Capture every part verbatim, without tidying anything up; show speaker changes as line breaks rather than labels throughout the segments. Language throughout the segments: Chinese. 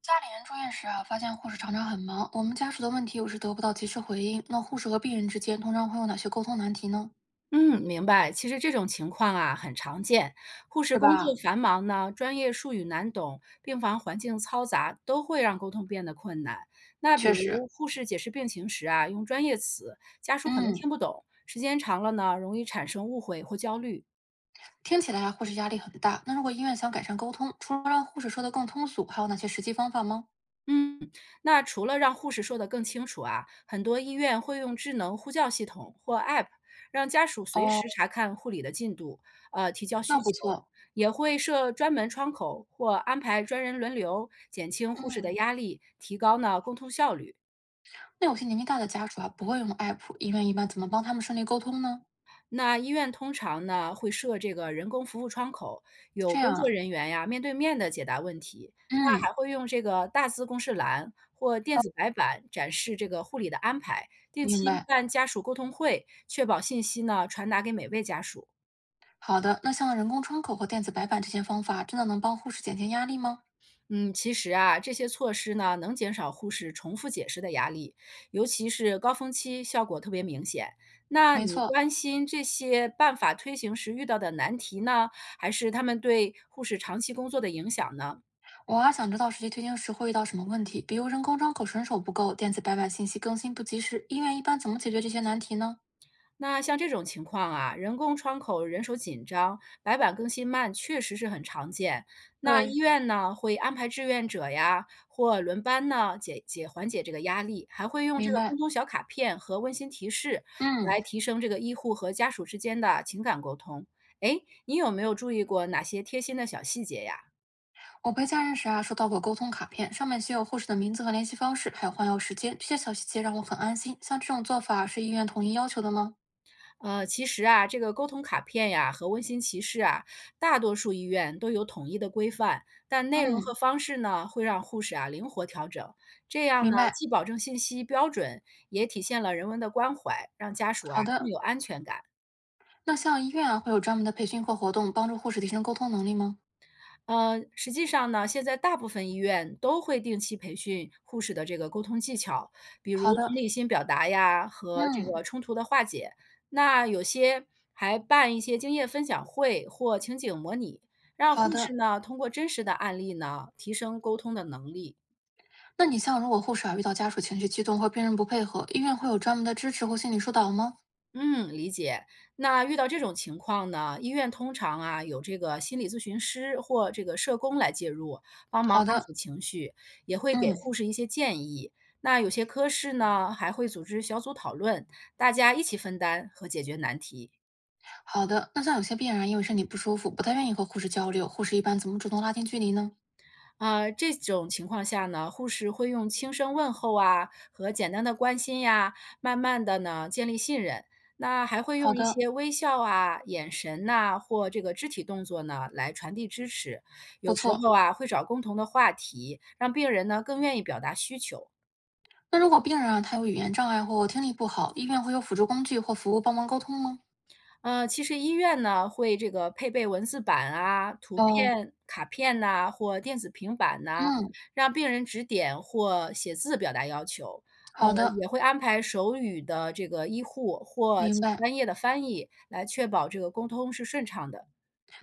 家里人住院时啊，发现护士常常很忙，我们家属的问题有时得不到及时回应。那护士和病人之间通常会有哪些沟通难题呢？
嗯，明白。其实这种情况啊很常见，护
是
士工作
吧？
繁忙呢，专业术语难懂，病房环境嘈杂，都会让沟通变得困难。那比
确实，
如护士解释病情时啊，用专业词，家属可能
嗯，
听不懂，时间长了呢，容易产生误会或焦虑。
听起来啊，护士压力很大。那如果医院想改善沟通，除了让护士说的更通俗，还有哪些实际方法吗？
嗯，那除了让护士说得更清楚啊，很多医院会用智能呼叫系统或 App，让家属随
哦，
时查看护理的进度，呃，提交
那
需
不
求，
错。
也会设专门窗口或安排专人轮流，减轻护士
嗯，
的压力，提高呢沟通效率。
那有些年纪大的家属啊，不会用 app，医院一般怎么帮他们顺利沟通呢？
那医院通常呢会设这个人工服务窗口，有
这
工
样
作
啊，
人员呀面对面的解答问题。那
嗯，
还会用这个大字公示栏或电
哦，
子白板展示这个护理的安排，定
明
期
白。
办家属沟通会，确保信息呢传达给每位家属。
好的，那像人工窗口和电子白板这些方法，真的能帮护士减轻压力吗？
嗯，其实啊，这些措施呢，能减少护士重复解释的压力，尤其是高峰期，效果特别明显。那
没
你
错，
关心这些办法推行时遇到的难题呢，还是他们对护士长期工作的影响呢？
我还想知道实际推行时会遇到什么问题，比如人工窗口人手不够，电子白板信息更新不及时，医院一般怎么解决这些难题呢？
那像这种情况啊，人工窗口人手紧张，白板更新慢，确实是很常见。那
对，
医院呢，会安排志愿者呀，或轮班呢，解解缓解这个压力，还会用这
明
个沟
白。
通小卡片和温馨提示
嗯，
来提升这个医护和家属之间的情感沟通。诶，你有没有注意过哪些贴心的小细节呀？
我陪家人时啊，收到过沟通卡片，上面写有护士的名字和联系方式，还有换药时间，这些小细节让我很安心。像这种做法是医院统一要求的吗？
呃，其实啊，这个沟通卡片呀和温馨提示啊，大多数医院都有统一的规范，但内容
嗯，
和方式呢，会让护士啊灵活调整。这样
明
呢，
白。
既保证信息标准，也体现了人文的关怀，让家属啊
好
更
的，
有安全感。
那像医院啊，会有专门的培训或活动帮助护士提升沟通能力吗？
呃，实际上呢，现在大部分医院都会定期培训护士的这个沟通技巧，比如
好的，
同理心表达呀和这
嗯，
个冲突的化解。那有些还办一些经验分享会或情景模拟，让
好
护
的。
士呢通过真实的案例呢提升沟通的能力。
那你像如果护士啊遇到家属情绪激动或病人不配合，医院会有专门的支持或心理疏导吗？
嗯，理解。那遇到这种情况呢，医院通常啊有这个心理咨询师或这个社工来介入，帮忙
好
安
的，
抚情绪，也会给
嗯，
护士一些建议。那有些科室呢还会组织小组讨论，大家一起分担和解决难题。
好的。那像有些病人啊因为身体不舒服，不太愿意和护士交流，护士一般怎么主动拉近距离呢？
呃，这种情况下呢，护士会用轻声问候啊和简单的关心呀，慢慢的呢建立信任。那还会
好
用一
的，
些微笑啊、眼神呐、或这个肢体动作呢来传递支持。
不
有时
错。
候啊，会找共同的话题，让病人呢更愿意表达需求。
那如果病人啊他有语言障碍或听力不好，医院会有辅助工具或服务帮忙沟通吗？
呃，其实医院呢会这个配备文字板啊、图
哦，
片、卡片呐、或电子平板呐、
嗯，
让病人指点或写字表达要求。呃，
好的，
也会安排手语的这个医护或
明
请
白。
专业的翻译，来确保这个沟通是顺畅的。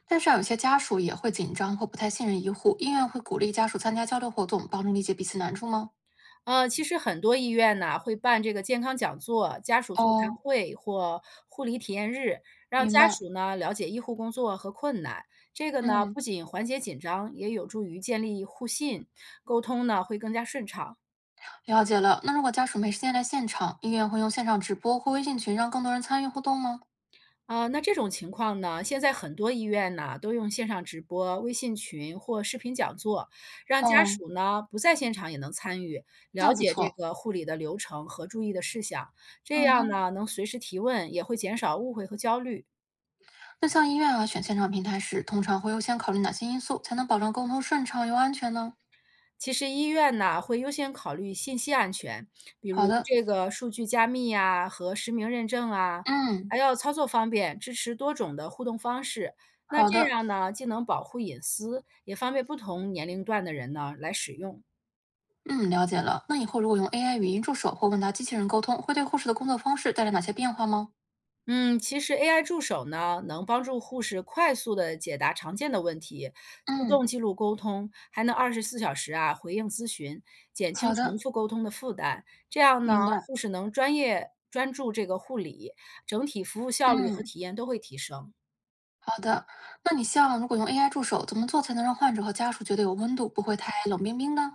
但是啊有些家属也会紧张或不太信任医护，医院会鼓励家属参加交流活动，帮助理解彼此难处吗？
呃，其实很多医院呢会办这个健康讲座、家属座谈
哦，
会或护理体验日，让
明
家
白，
属呢了解医护工作和困难。这个呢，
嗯。
不仅缓解紧张，也有助于建立互信，沟通呢会更加顺畅。
了解了。那如果家属没时间来现场，医院会用线上直播或微信群让更多人参与互动吗？
啊，那这种情况呢，现在很多医院呢都用线上直播、微信群或视频讲座，让家
哦，
属呢不在现场也能参与，
那
了
不
解这
错。
个护理的流程和注意的事项。这
嗯
样
哼，
呢，能随时提问，也会减少误会和焦虑。
那像医院啊选线上平台时，通常会优先考虑哪些因素，才能保证沟通顺畅又安全呢？
其实医院呢，会优先考虑信息安全，比
好
如
的，
这个数据加密呀、和实名认证啊，
嗯，
还要操作方便，支持多种的互动方式。那
好
这
的，
样呢，既能保护隐私，也方便不同年龄段的人呢来使用。
嗯，了解了。那以后如果用 A I 语音助手或问答机器人沟通，会对护士的工作方式带来哪些变化吗？
嗯，其实 A I 助手呢，能帮助护士快速的解答常见的问题，自
嗯，
动记录沟通，还能二十四小时啊回应咨询，减轻
好
重
的，
复沟通的负担。这样呢，
明
嗯
白。
护士能专业专注这个护理，整体服务效率和
嗯，
体验都会提升。
好的。那你像如果用 A I 助手，怎么做才能让患者和家属觉得有温度，不会太冷冰冰呢？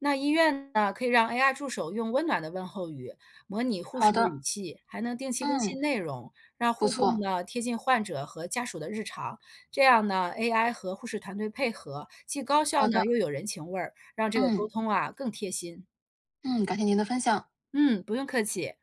那医院呢，可以让 A I 助手用温暖的问候语模拟护
好
士的
的，
语气，还能定期更
嗯，
新内容，让
不
互动
错，
呢贴近患者和家属的日常。这样呢，A I 和护士团队配合，既高效
好的，
呢又有人情味儿，让这个沟
嗯，
通啊更贴心。
嗯，感谢您的分享。
嗯，不用客气。